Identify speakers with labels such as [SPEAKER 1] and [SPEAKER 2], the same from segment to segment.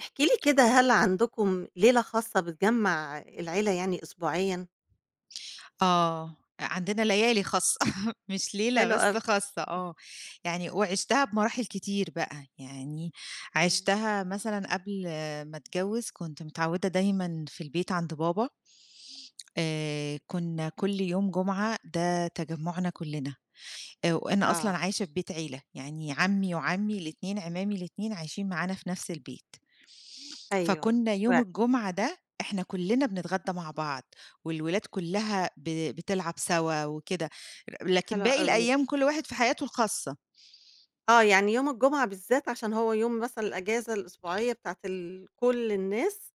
[SPEAKER 1] احكي لي كده هل عندكم ليلة خاصة بتجمّع العيلة يعني أسبوعيًا؟
[SPEAKER 2] آه، عندنا ليالي خاصة مش ليلة
[SPEAKER 1] حلو
[SPEAKER 2] بس
[SPEAKER 1] أوي،
[SPEAKER 2] خاصة آه، يعني وعِشتها بمراحل كتير بقى، يعني
[SPEAKER 1] إمم.
[SPEAKER 2] عِشتها مثلًا قبل ما أتجوّز كنت متعوّدة دايمًا في البيت عند بابا. كُنّا كل يوم جمعة ده تجمُّعنا كلّنا. وأنا أصلًا
[SPEAKER 1] آه،
[SPEAKER 2] عايشة في بيت عيلة، يعني عمي وعمي الاتنين، عمامي الاتنين عايشين معانا في نفس البيت.
[SPEAKER 1] أيوه،
[SPEAKER 2] فكنا يوم
[SPEAKER 1] و
[SPEAKER 2] الجمعة ده إحنا كلّنا بنتغدى مع بعض، والولاد كلّها بتلعب سوا وكده، لكن
[SPEAKER 1] حلو
[SPEAKER 2] باقي
[SPEAKER 1] أوي،
[SPEAKER 2] الأيام كل واحد في حياته الخاصة.
[SPEAKER 1] آه يعني يوم الجمعة بالذات عشان هو يوم مثلًا الأجازة الأسبوعية بتاعة كل الناس،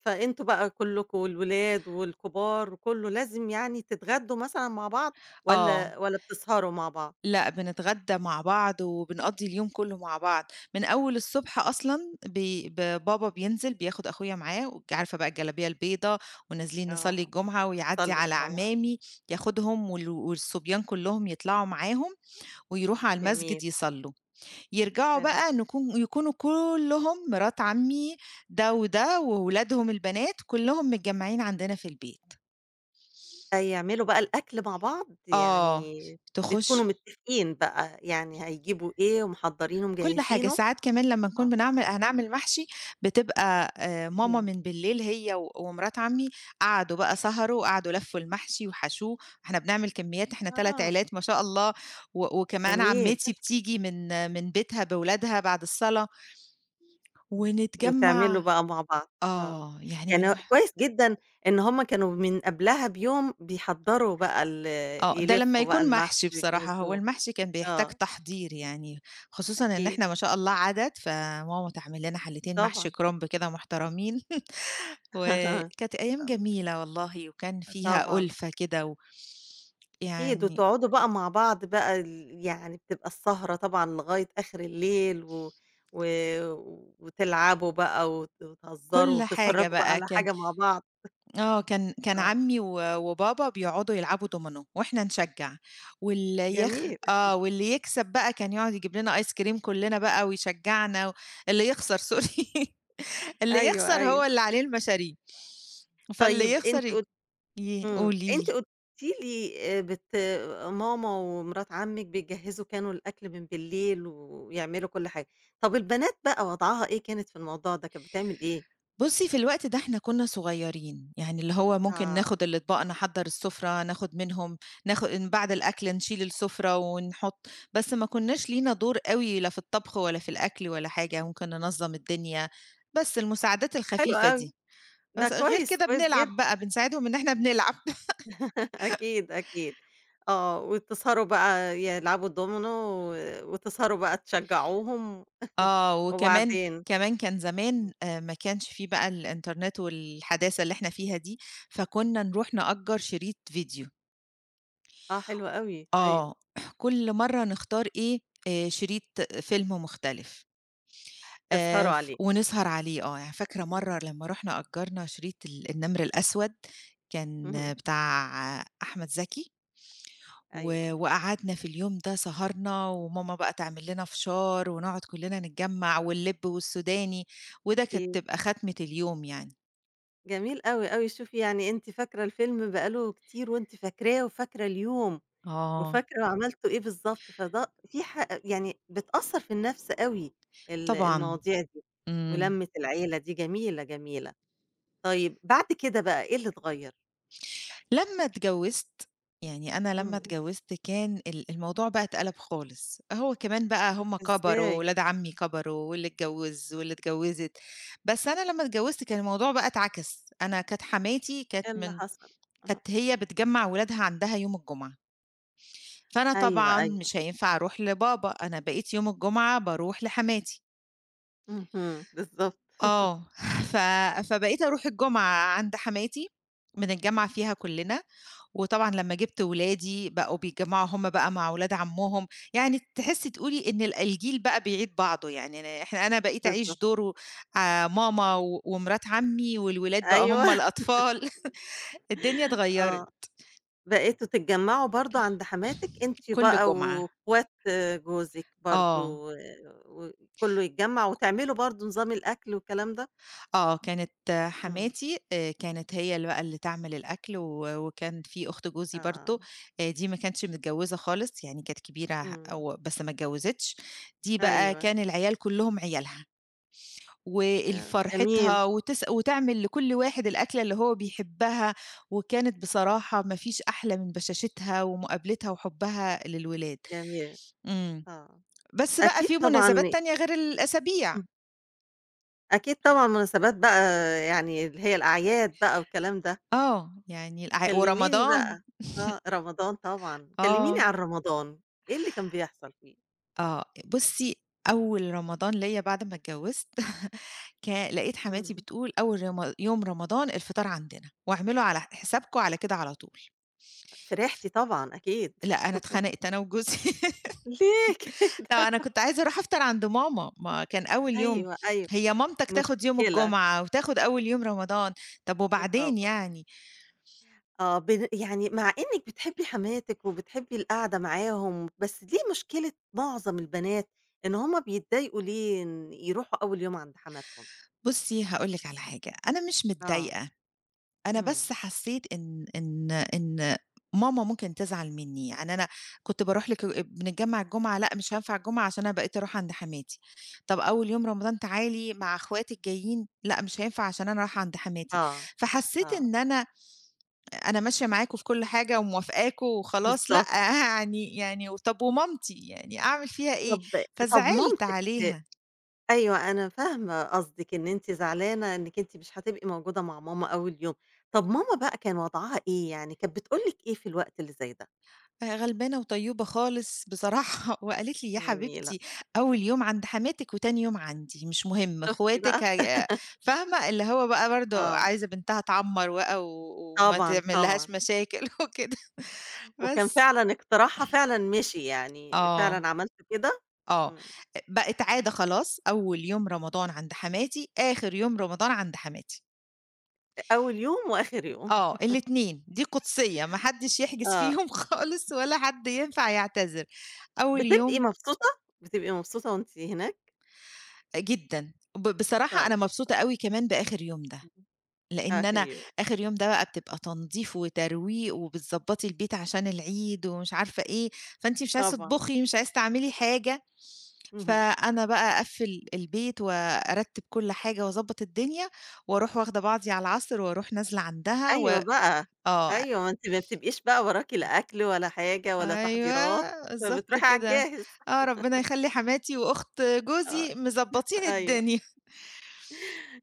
[SPEAKER 1] فأنتم بقى كلكم الولاد والكبار وكله لازم يعني تتغدوا مثلًا مع بعض
[SPEAKER 2] آه.
[SPEAKER 1] والّا بتسهروا مع بعض؟
[SPEAKER 2] لأ، بنتغدى مع بعض وبنقضّي اليوم كُلّه مع بعض، من أول الصبح أصلًا بي ب بابا بينزل بياخد أخويا معاه وأنتِ عارفة بقى الجلابية البيضا ونازلين نصلّي
[SPEAKER 1] آه،
[SPEAKER 2] الجمعة ويعدّي
[SPEAKER 1] بتصلّوا
[SPEAKER 2] على
[SPEAKER 1] الجمعة،
[SPEAKER 2] عمامي ياخدهم والصبيان كُلّهم يطلعوا معاهم ويروحوا على
[SPEAKER 1] جميل،
[SPEAKER 2] المسجد يصلّوا، يرجعوا
[SPEAKER 1] حلو.
[SPEAKER 2] بقى يكونوا كُلّهم مرات عمي ده وده وولادهم البنات كُلّهم متجمّعين عندنا في البيت.
[SPEAKER 1] فيعملوا بقى الأكل مع بعض،
[SPEAKER 2] آه،
[SPEAKER 1] يعني بتكونوا
[SPEAKER 2] تخُش
[SPEAKER 1] متفقين بقى، يعني هيجيبوا إيه ومحضّرينه
[SPEAKER 2] كل حاجة،
[SPEAKER 1] ومجهّزينه؟
[SPEAKER 2] ساعات كمان لمّا نكون
[SPEAKER 1] آه،
[SPEAKER 2] هنعمل محشي بتبقى ماما
[SPEAKER 1] إمم،
[SPEAKER 2] من بالليل هي ومرات عمي قعدوا بقى سهروا وقعدوا لفّوا المحشي وحشوه، إحنا بنعمل كميات إحنا 3
[SPEAKER 1] آه،
[SPEAKER 2] عيلات ما شاء الله، وكمان
[SPEAKER 1] جميل،
[SPEAKER 2] عمتي بتيجي من من بيتها بولادها بعد الصلاة
[SPEAKER 1] إمم، وتعملوا
[SPEAKER 2] ونتجمّع
[SPEAKER 1] بقى مع بعض، آه،
[SPEAKER 2] آه، يعني من
[SPEAKER 1] يعني هو
[SPEAKER 2] وح
[SPEAKER 1] كويس جدا إن هُم كانوا من قبلها بيوم بيحضّروا بقى
[SPEAKER 2] آه، ده لمّا
[SPEAKER 1] يلفّوا بقى
[SPEAKER 2] يكون
[SPEAKER 1] المحشي
[SPEAKER 2] محشي بصراحة، هو
[SPEAKER 1] ويجهّزوه،
[SPEAKER 2] المحشي كان بيحتاج
[SPEAKER 1] آه،
[SPEAKER 2] تحضير يعني، خصوصًا إن
[SPEAKER 1] أكيد،
[SPEAKER 2] إحنا ما شاء الله عدد، فماما تعمل لنا حلّتين محشي
[SPEAKER 1] طبعًا،
[SPEAKER 2] كرنب كده محترمين. وكانت أيام
[SPEAKER 1] الله،
[SPEAKER 2] جميلة والله، وكان فيها
[SPEAKER 1] طبعًا.
[SPEAKER 2] أُلفة كده و
[SPEAKER 1] أكيد،
[SPEAKER 2] يعني
[SPEAKER 1] وتقعدوا بقى مع بعض بقى يعني بتبقى السهرة طبعًا لغاية آخر الليل و و وتلعبوا بقى وتهزروا
[SPEAKER 2] كل حاجة
[SPEAKER 1] وتتفرّجوا بقى
[SPEAKER 2] بقى
[SPEAKER 1] على
[SPEAKER 2] كان
[SPEAKER 1] حاجة مع بعض،
[SPEAKER 2] آه، كان
[SPEAKER 1] آه،
[SPEAKER 2] عمي وبابا بيقعدوا يلعبوا دومينو وإحنا نشجّع، واللي يخ
[SPEAKER 1] جميل،
[SPEAKER 2] آه، واللي يكسب بقى كان يقعد يجيب لنا آيس كريم كلنا بقى ويشجّعنا، و... اللي يخسر سوري اللي
[SPEAKER 1] أيوه،
[SPEAKER 2] يخسر هو
[SPEAKER 1] أيوه.
[SPEAKER 2] اللي عليه المشاريب، فاللي
[SPEAKER 1] طيب
[SPEAKER 2] يخسر ي ي- قولي
[SPEAKER 1] أنتِ
[SPEAKER 2] لي.
[SPEAKER 1] قلتِ لي بت ماما ومرات عمِّك بيجهّزوا كانوا الأكل من بالليل ويعملوا كل حاجة، طَب البنات بقى وضعها إيه كانت في الموضوع ده، كانت بتعمل إيه؟
[SPEAKER 2] بُصّي، في الوقت ده إحنا كُنّا صغيرين، يعني اللي هو ممكن ناخُد
[SPEAKER 1] آه،
[SPEAKER 2] الأطباق نحضّر السُفرة، ناخُد منهم بعد الأكل نشيل السُفرة ونحُط بس ما كُنّاش لينا دور أوي لا في الطبخ ولا في الأكل ولا حاجة، ممكن ننظّم الدنيا، بس المساعدات
[SPEAKER 1] حلو
[SPEAKER 2] الخفيفة
[SPEAKER 1] أوي،
[SPEAKER 2] دي،
[SPEAKER 1] ده
[SPEAKER 2] بس غير
[SPEAKER 1] كويس،
[SPEAKER 2] كده
[SPEAKER 1] كويس
[SPEAKER 2] بنلعب
[SPEAKER 1] جدًا.
[SPEAKER 2] بقى، بنساعدهم إن إحنا بنلعب.
[SPEAKER 1] أكيد، أكيد. آه، وتسهروا بقى يلعبوا الدومينو و وتسهروا بقى تشجّعوهم
[SPEAKER 2] آه، وكمان
[SPEAKER 1] وبعدين
[SPEAKER 2] كمان كان زمان ما كانش في بقى الإنترنت والحداثة اللي إحنا فيها دي، فكُنّا نروح نأجّر شريط فيديو.
[SPEAKER 1] آه، حلو أوي، أيوه،
[SPEAKER 2] آه، كل مرّة نختار إيه، شريط فيلم مختلف،
[SPEAKER 1] تسهروا
[SPEAKER 2] ف
[SPEAKER 1] عليه.
[SPEAKER 2] ونسهر عليه آه، يعني فاكرة
[SPEAKER 1] إمم،
[SPEAKER 2] مرّة لمّا رُحنا أجّرنا شريط النمر الأسود، كان
[SPEAKER 1] اهم،
[SPEAKER 2] آه، بتاع آه، أحمد زكي،
[SPEAKER 1] أيوه،
[SPEAKER 2] وقعدنا في اليوم ده سهرنا، وماما بقى تعمل لنا فشار، ونقعد كلّنا نتجمّع، واللِب والسوداني، وده كانت
[SPEAKER 1] أكيد.
[SPEAKER 2] تبقى خاتمة اليوم يعني.
[SPEAKER 1] جميل أوي، أوي. شوفي يعني أنتِ فاكرة الفيلم بقى له كتير وأنتِ فاكراه وفاكرة اليوم
[SPEAKER 2] آه،
[SPEAKER 1] وفاكرة عملتوا إيه بالضبط، فده في ح يعني بتأثّر في النَفْس أوي
[SPEAKER 2] طبعًا،
[SPEAKER 1] المواضيع دي
[SPEAKER 2] إمم.
[SPEAKER 1] ولمّة العيلة دي جميلة، جميلة. طيب بعد كده بقى إيه اللي اتغيّر؟
[SPEAKER 2] لمّا اتجوّزت، يعني أنا لمّا
[SPEAKER 1] إمم.
[SPEAKER 2] اتجوّزت كان الموضوع بقى اتقلب خالص، هو كمان بقى هُم كبروا،
[SPEAKER 1] إزاي؟
[SPEAKER 2] ولاد عمي كبروا، واللي اتجوّز واللي اتجوّزت، بس أنا لمّا اتجوّزت كان الموضوع بقى اتعكس، أنا كانت حماتي كانت
[SPEAKER 1] إيه اللي
[SPEAKER 2] من
[SPEAKER 1] حصل؟ أها،
[SPEAKER 2] كانت هي بتجمّع ولادها عندها يوم الجمعة، فأنا
[SPEAKER 1] أيوه،
[SPEAKER 2] طبعًا
[SPEAKER 1] أيوه،
[SPEAKER 2] مش هينفع أروح لبابا، أنا بقيت يوم الجمعة باروح لحماتي،
[SPEAKER 1] اهم، بالضبط،
[SPEAKER 2] آه ف فبقيت أروح الجمعة عند حماتي، بنتجمّع فيها كُلّنا وطبعًا لمّا جِبت ولادي بقوا بيتجمّعوا هُم بقى مع ولاد عمّهم، يعني تحسّي تقولي إن الجيل بقى بيعيد بعضه، يعني أنا بقيت أعيش
[SPEAKER 1] بالضبط،
[SPEAKER 2] دور ماما ومرات عمي والولاد بقى
[SPEAKER 1] أيوه،
[SPEAKER 2] هُم الأطفال الدنيا
[SPEAKER 1] آه،
[SPEAKER 2] اتغيّرت.
[SPEAKER 1] بقيتوا تتجمّعوا برضه عند حماتِك أنتِ
[SPEAKER 2] كل
[SPEAKER 1] بقى
[SPEAKER 2] جمعة،
[SPEAKER 1] واخوات جوزِك برضه
[SPEAKER 2] آه،
[SPEAKER 1] و وكلّه يتجمّع وتعملوا برضه نظام الأكل والكلام ده؟
[SPEAKER 2] آه، كانت آه،
[SPEAKER 1] إمم،
[SPEAKER 2] حماتي كانت هي اللي تعمل الأكل وكان في أخت جوزي
[SPEAKER 1] آه،
[SPEAKER 2] برضه دي ما كانتش متجوّزة خالص، يعني كانت كبيرة ه
[SPEAKER 1] إمم،
[SPEAKER 2] و بس ما اتجوّزِتش، دي بقى
[SPEAKER 1] أيوه،
[SPEAKER 2] كان العيال كُلّهم عيالها.
[SPEAKER 1] جميل،
[SPEAKER 2] ولفرحتها وتس وتعمل لكل واحد الأكلة اللي هو بيحبها، وكانت بصراحة ما فيش أحلى من بشاشتها ومقابلتها وحُبّها للولاد.
[SPEAKER 1] جميل،
[SPEAKER 2] إمم.
[SPEAKER 1] آه،
[SPEAKER 2] بس بقى
[SPEAKER 1] أكيد
[SPEAKER 2] في مناسبات
[SPEAKER 1] طبعًا
[SPEAKER 2] تانية غير الأسابيع.
[SPEAKER 1] إمم، أكيد طبعًا مناسبات بقى يعني اللي هي الأعياد بقى والكلام ده.
[SPEAKER 2] آه. يعني الأع
[SPEAKER 1] كلميني
[SPEAKER 2] ورمضان.
[SPEAKER 1] بقى آه، رمضان طبعًا، كلميني
[SPEAKER 2] آه.
[SPEAKER 1] عن رمضان، إيه اللي كان بيحصل فيه؟
[SPEAKER 2] آه. بُصّي، أول رمضان ليّا بعد ما اتجوّزت لقيت حماتي
[SPEAKER 1] إمم،
[SPEAKER 2] بتقول: "أول رم يوم رمضان الفطار عندنا واعملوا على حسابكم على كده على طول."
[SPEAKER 1] فرحتِ طبعًا أكيد.
[SPEAKER 2] لأ، أنا اتخنقت أنا وجوزي.
[SPEAKER 1] ليه كده؟
[SPEAKER 2] لأ، أنا كنت عايزة أروح أفطر عند ماما، ما كان أول يوم،
[SPEAKER 1] أيوه، أيوه،
[SPEAKER 2] هي مامتك تاخد يوم
[SPEAKER 1] مشكلة،
[SPEAKER 2] الجمعة وتاخد أول يوم رمضان، طب
[SPEAKER 1] يا
[SPEAKER 2] وبعدين
[SPEAKER 1] خبر!
[SPEAKER 2] يعني؟
[SPEAKER 1] آه، يعني مع إنِّك بتحبي حماتِك وبتحبي القعدة معاهم، بس ليه مشكلة معظم البنات إن هُم بيتضايقوا ليه إن يروحوا أول يوم عند حماتهم؟
[SPEAKER 2] بُصّي هاقول لِك على حاجة، أنا مش
[SPEAKER 1] آه،
[SPEAKER 2] متضايقة، أنا بس
[SPEAKER 1] إمم،
[SPEAKER 2] حسّيت إن ماما ممكن تزعل منّي، يعني أنا كنت باروح لك بنتجمّع الجمعة، لأ مش هينفع الجمعة عشان أنا بقيت أروح عند حماتي، طب أول يوم رمضان تعالي مع أخواتِك جايين، لأ مش هينفع عشان أنا رايحة عند حماتي،
[SPEAKER 1] آه،
[SPEAKER 2] فحسّيت
[SPEAKER 1] آه،
[SPEAKER 2] إن أنا أنا ماشية معاكم في كل حاجة وموافقاكم وخلاص، لأ
[SPEAKER 1] بالضبط.
[SPEAKER 2] يعني طَب ومامتي يعني أعمل فيها إيه؟
[SPEAKER 1] طَب طَب
[SPEAKER 2] فزعلت
[SPEAKER 1] مامتِك
[SPEAKER 2] عليها،
[SPEAKER 1] أيوه، أنا فاهمة قصدِك، إن أنتِ زعلانة إنِّك أنتِ مش هتبقي موجودة مع ماما أول يوم. طَب ماما بقى كان وضعها إيه يعني، كانت بتقول لِك إيه في الوقت اللي زي ده؟
[SPEAKER 2] غلبانة وطيّوبة خالص بصراحة وقالت لي: "يا
[SPEAKER 1] جميلة،
[SPEAKER 2] حبيبتي أول يوم عند حماتِك وتاني يوم عندي، مش مهم
[SPEAKER 1] شُفتِ
[SPEAKER 2] اخواتِك
[SPEAKER 1] بقى؟
[SPEAKER 2] هي" فاهمة؟ اللي هو بقى برضه
[SPEAKER 1] آه،
[SPEAKER 2] عايزة بنتها تعمّر بقى وما
[SPEAKER 1] طبعًا، طبعًا،
[SPEAKER 2] تعملّهاش مشاكل وكده
[SPEAKER 1] وكان
[SPEAKER 2] بس.
[SPEAKER 1] فعلًا اقتراحها فعلًا مشي يعني،
[SPEAKER 2] آه،
[SPEAKER 1] فعلًا عملتِ كده؟
[SPEAKER 2] آه.
[SPEAKER 1] إمم،
[SPEAKER 2] بقت
[SPEAKER 1] إمم،
[SPEAKER 2] عادة خلاص، أول يوم رمضان عند حماتي، آخر يوم رمضان عند حماتي.
[SPEAKER 1] أول يوم وآخر يوم.
[SPEAKER 2] آه، الاتنين، دي قُدسية ما حدّش يحجز
[SPEAKER 1] آه،
[SPEAKER 2] فيهم خالص ولا حد ينفع يعتذر. أول
[SPEAKER 1] بتبقي
[SPEAKER 2] يوم
[SPEAKER 1] مبسوطة، بتبقي مبسوطة وأنتِ هناك؟
[SPEAKER 2] جدًا، بصراحة أنا
[SPEAKER 1] طيب،
[SPEAKER 2] مبسوطة
[SPEAKER 1] طيب،
[SPEAKER 2] أوي كمان بآخر يوم ده،
[SPEAKER 1] اهم،
[SPEAKER 2] لإن
[SPEAKER 1] آخر
[SPEAKER 2] أنا
[SPEAKER 1] يوم،
[SPEAKER 2] آخر يوم ده بقى بتبقى تنضيف وترويق وبتضبّطي البيت عشان العيد ومش عارفة إيه، فأنتِ مش عايزة
[SPEAKER 1] طبعًا،
[SPEAKER 2] تطبخي، مش عايزة تعملي حاجة،
[SPEAKER 1] اهم.
[SPEAKER 2] فأنا بقى أقفّل البيت وأرتّب كل حاجة وأضبّط الدنيا وأروح واخدة بعضي على العصر وأروح نازلة عندها و
[SPEAKER 1] أيوه بقى،
[SPEAKER 2] آه،
[SPEAKER 1] أيوه ما أنتِ ما بتبقيش بقى وراكِ لا أكل ولا حاجة ولا تحضيرات،
[SPEAKER 2] أيوه، بالضبط
[SPEAKER 1] فبتروحي على
[SPEAKER 2] كده.
[SPEAKER 1] الجاهز،
[SPEAKER 2] آه، ربنا يخلّي حماتي وأخت
[SPEAKER 1] آه،
[SPEAKER 2] جوزي مضبّطين
[SPEAKER 1] أيوه
[SPEAKER 2] الدنيا.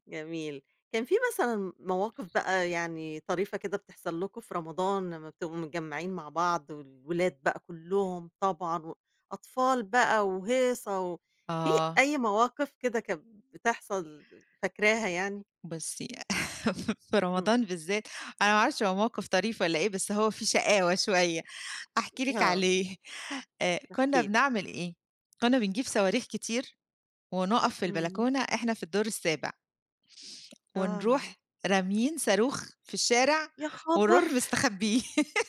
[SPEAKER 1] جميل. كان في مثلًا مواقف بقى يعني طريفة كده بتحصل لكم في رمضان لمّا بتبقوا متجمعين مع بعض والولاد بقى كلّهم طبعًا وأطفال بقى وهيصة في
[SPEAKER 2] آه،
[SPEAKER 1] أي مواقف كده كانت بتحصل فاكراها يعني؟
[SPEAKER 2] بُصّي في
[SPEAKER 1] إمم،
[SPEAKER 2] رمضان بالذات، أنا ما أعرفش هو موقف طريف والّا إيه، بس هو فيه شقاوة شوية، هاحكي لِك
[SPEAKER 1] آه،
[SPEAKER 2] عليه.
[SPEAKER 1] احكي
[SPEAKER 2] كُنّا
[SPEAKER 1] لي.
[SPEAKER 2] بنعمل إيه، كُنّا بنجيب صواريخ كتير ونُقف في
[SPEAKER 1] إمم،
[SPEAKER 2] البلكونة، إحنا في الدور السابع،
[SPEAKER 1] آه،
[SPEAKER 2] ونروح راميين صاروخ في الشارع
[SPEAKER 1] يا
[SPEAKER 2] ونروح
[SPEAKER 1] خبر!
[SPEAKER 2] مستخبّيه.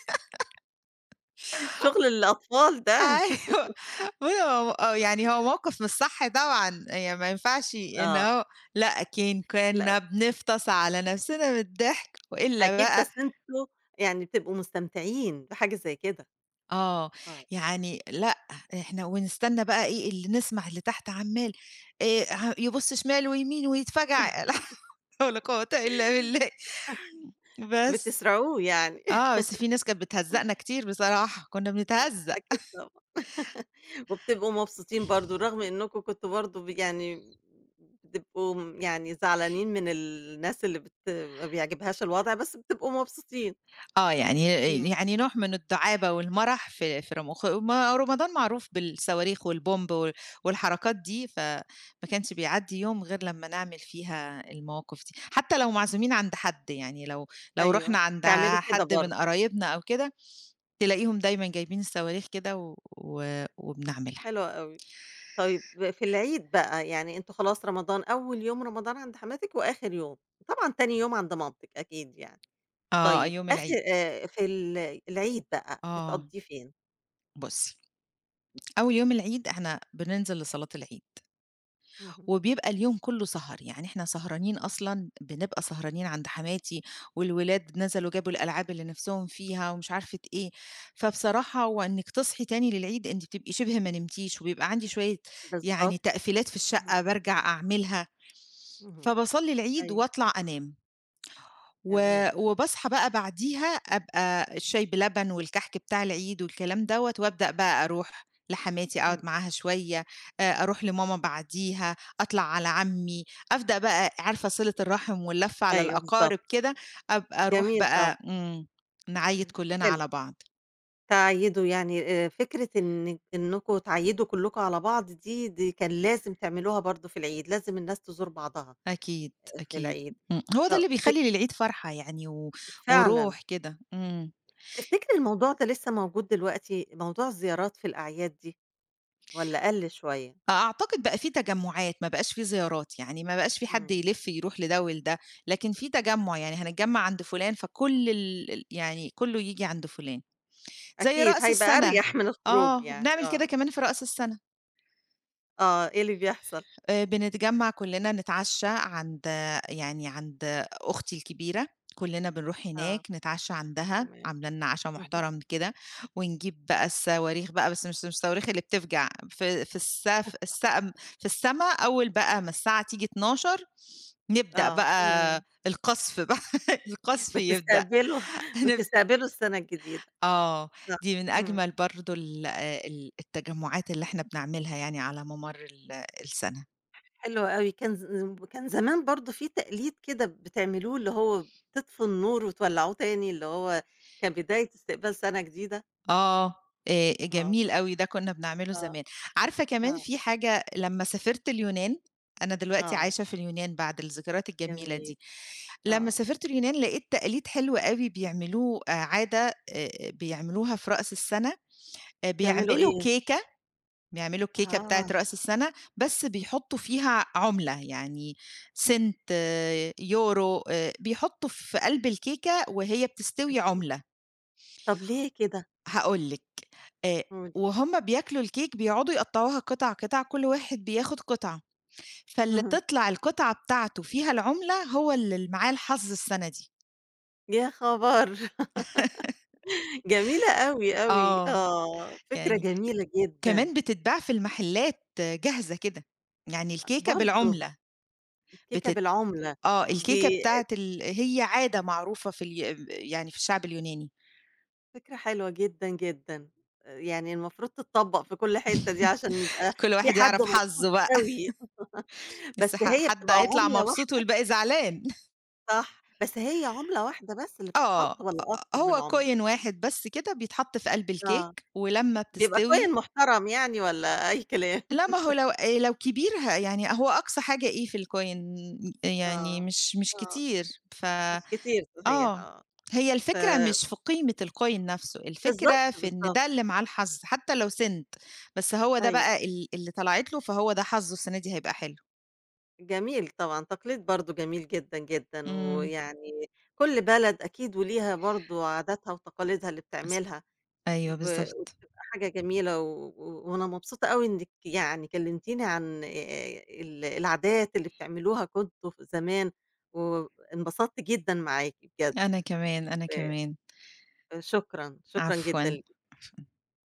[SPEAKER 1] شغل الأطفال ده.
[SPEAKER 2] أيوه بُصّي هو آه، يعني هو موقف مش صح طبعًا، يعني ما ينفعش إن
[SPEAKER 1] آه،
[SPEAKER 2] هو لأ،
[SPEAKER 1] لأ
[SPEAKER 2] كنا بنفطس على نفسنا من الضحك وإلا
[SPEAKER 1] أكيد
[SPEAKER 2] بقى
[SPEAKER 1] بس أنتم يعني بتبقوا مستمتعين بحاجة زي كده،
[SPEAKER 2] آه،
[SPEAKER 1] آه،
[SPEAKER 2] يعني لأ، إحنا ونستنى بقى إيه اللي نسمع اللي تحت عمّال ع يبُص شمال ويمين ويتفجع لا حول ولا قوة إلا بالله بس.
[SPEAKER 1] بتسرعوه يعني
[SPEAKER 2] آه، بس في ناس كانت بتهزّقنا كتير بصراحة، كنا بنتهزّق.
[SPEAKER 1] أكيد طبعًا، وبتبقوا مبسوطين برضه رغم إنكم كنتم برضه يعني بتبقوا يعني زعلانين من الناس اللي ما بيعجبهاش الوضع، بس بتبقوا مبسوطين،
[SPEAKER 2] آه، يعني
[SPEAKER 1] إمم،
[SPEAKER 2] يعني نوع من الدعابة والمرح في في رمخ ما رمضان معروف بالصواريخ والبومب والحركات دي، كانش بيعدّي يوم غير لمّا نعمل فيها المواقف دي، حتى لو معزومين عند حد، يعني لو
[SPEAKER 1] أيوه،
[SPEAKER 2] رُحنا عند
[SPEAKER 1] تعملوا كده
[SPEAKER 2] حد
[SPEAKER 1] برضه،
[SPEAKER 2] من قرايبنا أو كده، تلاقيهم دايمًا جايبين الصواريخ كده و و وبنعملها.
[SPEAKER 1] حلو أوي. طيب في العيد بقى، يعني أنتم خلاص رمضان أول يوم رمضان عند حماتِك وآخر يوم، وطبعًا تاني يوم عند مامتِك أكيد يعني.
[SPEAKER 2] آه،
[SPEAKER 1] طيب
[SPEAKER 2] يوم
[SPEAKER 1] آخر
[SPEAKER 2] العيد،
[SPEAKER 1] في ال العيد بقى
[SPEAKER 2] آه،
[SPEAKER 1] بتقضّيه فين؟
[SPEAKER 2] بُصّي، أول يوم العيد إحنا بننزل لصلاة العيد.
[SPEAKER 1] اهم.
[SPEAKER 2] وبيبقى اليوم كله سهر، يعني إحنا سهرانين أصلًا بنبقى سهرانين عند حماتي، والولاد نزلوا جابوا الألعاب اللي نفسهم فيها ومش عارفة إيه، فبصراحة وإنِّك تصحي تاني للعيد أنتِ بتبقي شبه ما نمتيش، وبيبقى عندي شوية يعني
[SPEAKER 1] بالضبط.
[SPEAKER 2] تقفيلات في
[SPEAKER 1] إمم،
[SPEAKER 2] الشقة بارجع أعملها،
[SPEAKER 1] اهم.
[SPEAKER 2] فباصلّي العيد
[SPEAKER 1] أيوه،
[SPEAKER 2] وأطلع أنام.
[SPEAKER 1] تمام.
[SPEAKER 2] وباصحى بقى بعديها أبقى الشاي بلبن والكحك بتاع العيد والكلام دوّة، وأبدأ بقى أروح لحماتي أقعد
[SPEAKER 1] إمم.
[SPEAKER 2] معاها شوية، أروح لماما بعديها، أطلع على عمي، أبدأ بقى عارفة صِلة الرحم واللَّفة على
[SPEAKER 1] أيوه بالضبط،
[SPEAKER 2] الأقارب كده، أبقى أروح
[SPEAKER 1] جميل طبعًا.
[SPEAKER 2] بقى إمم،
[SPEAKER 1] إمم،
[SPEAKER 2] نعيّد
[SPEAKER 1] إمم.
[SPEAKER 2] كُلّنا
[SPEAKER 1] حلو،
[SPEAKER 2] على بعض.
[SPEAKER 1] تعيّدوا يعني فكرة إنكم تعيّدوا كلّكم على بعض دي كان لازم تعملوها برضه في العيد، لازم الناس تزور بعضها
[SPEAKER 2] أكيد،
[SPEAKER 1] آه، في
[SPEAKER 2] أكيد.
[SPEAKER 1] العيد.
[SPEAKER 2] إمم، هو ده
[SPEAKER 1] طب
[SPEAKER 2] اللي
[SPEAKER 1] ت
[SPEAKER 2] بيخلّي للعيد فرحة يعني و
[SPEAKER 1] فعلًا،
[SPEAKER 2] وروح كده. إمم.
[SPEAKER 1] تفتكر الموضوع ده لسه موجود دلوقتي، موضوع الزيارات في الأعياد دي والّا قَل شوية؟
[SPEAKER 2] أعتقد بقى في تجمُّعات، ما بقاش في زيارات، يعني ما بقاش في حد
[SPEAKER 1] إمم،
[SPEAKER 2] يلِف يروح لده ولده، لكن في تجمُّع، يعني هنتجمَّع عند فُلان فكل ال ال يعني كُلّه ييجي عند فُلان، زي
[SPEAKER 1] أكيد
[SPEAKER 2] رأس
[SPEAKER 1] هيبقى
[SPEAKER 2] السَنة،
[SPEAKER 1] أريح من الخروج
[SPEAKER 2] آه،
[SPEAKER 1] يعني،
[SPEAKER 2] وبنعمل كده
[SPEAKER 1] آه.
[SPEAKER 2] كمان في رأس السَنة.
[SPEAKER 1] آه، إيه اللي بيحصل؟
[SPEAKER 2] بنتجمّع كُلّنا نتعشّى عند يعني عند أختي الكبيرة، كُلّنا بنروح هناك
[SPEAKER 1] آه،
[SPEAKER 2] نتعشّى عندها،
[SPEAKER 1] تمام،
[SPEAKER 2] عاملة لنا عشا
[SPEAKER 1] اهم،
[SPEAKER 2] محترم كده، ونجيب بقى الصواريخ بقى بس مش الصواريخ اللي بتفجع في في السف السقم في السما أول بقى ما الساعة تيجي 12:00 نبدأ
[SPEAKER 1] آه،
[SPEAKER 2] بقى
[SPEAKER 1] تمام،
[SPEAKER 2] القَصف بقى القَصف يبدأ
[SPEAKER 1] بتستقبلوا
[SPEAKER 2] هنب
[SPEAKER 1] السَنة الجديدة،
[SPEAKER 2] آه،
[SPEAKER 1] آه،
[SPEAKER 2] دي من
[SPEAKER 1] إمم،
[SPEAKER 2] أجمل برضه ال ال التجمُّعات اللي إحنا بنعملها يعني على مَمَر السَنة.
[SPEAKER 1] حلو أوي، كان زمان برضه في تقليد كده بتعملوه اللي هو بتطفوا النور وتولّعوه تاني، اللي هو كان بداية استقبال سَنة جديدة،
[SPEAKER 2] آه،
[SPEAKER 1] آه،
[SPEAKER 2] جميل أوي، ده كُنّا بنعمله
[SPEAKER 1] آه،
[SPEAKER 2] زمان. عارفة كمان
[SPEAKER 1] آه،
[SPEAKER 2] في حاجة لمّا سافرت اليونان أنا دلوقتي
[SPEAKER 1] آه،
[SPEAKER 2] عايشة في اليونان بعد الذكريات الجميلة
[SPEAKER 1] جميل،
[SPEAKER 2] دي، لمّا
[SPEAKER 1] آه،
[SPEAKER 2] سافرت اليونان لقيت تقليد حلو أوي بيعملوه عادة بيعملوها في رأس السَنة،
[SPEAKER 1] بيعملوا
[SPEAKER 2] بيعملوا
[SPEAKER 1] إيه؟
[SPEAKER 2] كيكة بيعملوا الكيكة بتاعة
[SPEAKER 1] آه،
[SPEAKER 2] رأس السَنة، بس بيحطّوا فيها عُملة، يعني سنت، آه، يورو، بيحطّوا في قلب الكيكة وهي بتستوي عُملة.
[SPEAKER 1] طَب ليه كده؟
[SPEAKER 2] هاقول لِك، آآ
[SPEAKER 1] قولي،
[SPEAKER 2] وهُم بياكلوا الكيك بيقعدوا يقطّعوها قطع، قطع، كل واحد بياخد قطعة، فاللي
[SPEAKER 1] اهم،
[SPEAKER 2] تطلع القطعة بتاعته فيها العُملة هو اللي ال معاه الحظ السَنة دي.
[SPEAKER 1] يا خبر! جميلة أوي، أوي،
[SPEAKER 2] آه.
[SPEAKER 1] آه، فكرة
[SPEAKER 2] يعني
[SPEAKER 1] جميلة جدًا.
[SPEAKER 2] كمان بتتباع في المحلات جاهزة كده، يعني الكيكة
[SPEAKER 1] برضه!
[SPEAKER 2] بالعُملة
[SPEAKER 1] الكيكة
[SPEAKER 2] بتت
[SPEAKER 1] بالعُملة،
[SPEAKER 2] آه،
[SPEAKER 1] دي
[SPEAKER 2] الكيكة بتاعة هي عادة معروفة في ال ب يعني في الشعب اليوناني.
[SPEAKER 1] فكرة حلوة جدًا، جدًا، يعني المفروض تتطبّق في كل حتّة دي عشان يبقى
[SPEAKER 2] كل
[SPEAKER 1] في
[SPEAKER 2] واحد
[SPEAKER 1] حد
[SPEAKER 2] يعرف
[SPEAKER 1] مبسوط
[SPEAKER 2] حظّه بقى،
[SPEAKER 1] أوي،
[SPEAKER 2] بس
[SPEAKER 1] بس هي
[SPEAKER 2] حد
[SPEAKER 1] بتبقى
[SPEAKER 2] هيطلع
[SPEAKER 1] عُملة
[SPEAKER 2] مبسوط
[SPEAKER 1] واحدة
[SPEAKER 2] والباقي زعلان.
[SPEAKER 1] صح، بس هي عُملة واحدة بس اللي
[SPEAKER 2] آه،
[SPEAKER 1] بتتحط والّا أكتر من
[SPEAKER 2] هو
[SPEAKER 1] عُملة؟
[SPEAKER 2] كوين واحد بس كده بيتحط في قلب
[SPEAKER 1] آه،
[SPEAKER 2] الكيك، ولمّا
[SPEAKER 1] بيبقى كوين
[SPEAKER 2] بتستوي
[SPEAKER 1] محترم يعني والّا أي كلام؟
[SPEAKER 2] لا ما هو لو لو كبير يعني هو أقصى حاجة إيه في الكوين يعني
[SPEAKER 1] آه،
[SPEAKER 2] مش
[SPEAKER 1] آه،
[SPEAKER 2] كتير، ف
[SPEAKER 1] مش كتير صحيح
[SPEAKER 2] آه،
[SPEAKER 1] آه،
[SPEAKER 2] هي
[SPEAKER 1] ف
[SPEAKER 2] الفكرة مش في قيمة الكوين نفسه،
[SPEAKER 1] بالضبط،
[SPEAKER 2] الفكرة في إن
[SPEAKER 1] بالضبط،
[SPEAKER 2] ده اللي معاه الحظ حتى لو سِنت، بس هو ده
[SPEAKER 1] أيوه.
[SPEAKER 2] بقى اللي طلعت له فهو ده حظه السنة دي هيبقى حلو.
[SPEAKER 1] جميل طبعًا، تقليد برضه جميل جدًا، جدًا،
[SPEAKER 2] إمم،
[SPEAKER 1] ويعني كل بلد أكيد وليها برضه عاداتها وتقاليدها اللي
[SPEAKER 2] أس
[SPEAKER 1] بتعملها،
[SPEAKER 2] أيوه
[SPEAKER 1] اهم.
[SPEAKER 2] بالضبط.
[SPEAKER 1] وبتبقى حاجة جميلة، و و وأنا مبسوطة أوي إنِّك يعني كلمتيني عن ال العادات اللي بتعملوها كنتم ف زمان، وانبسطت جدًا معاكِ بجد،
[SPEAKER 2] أنا
[SPEAKER 1] آآ
[SPEAKER 2] كمان.
[SPEAKER 1] شكرًا، شكرًا جدًا
[SPEAKER 2] عفوًا،
[SPEAKER 1] ليكِ.
[SPEAKER 2] عفوًا.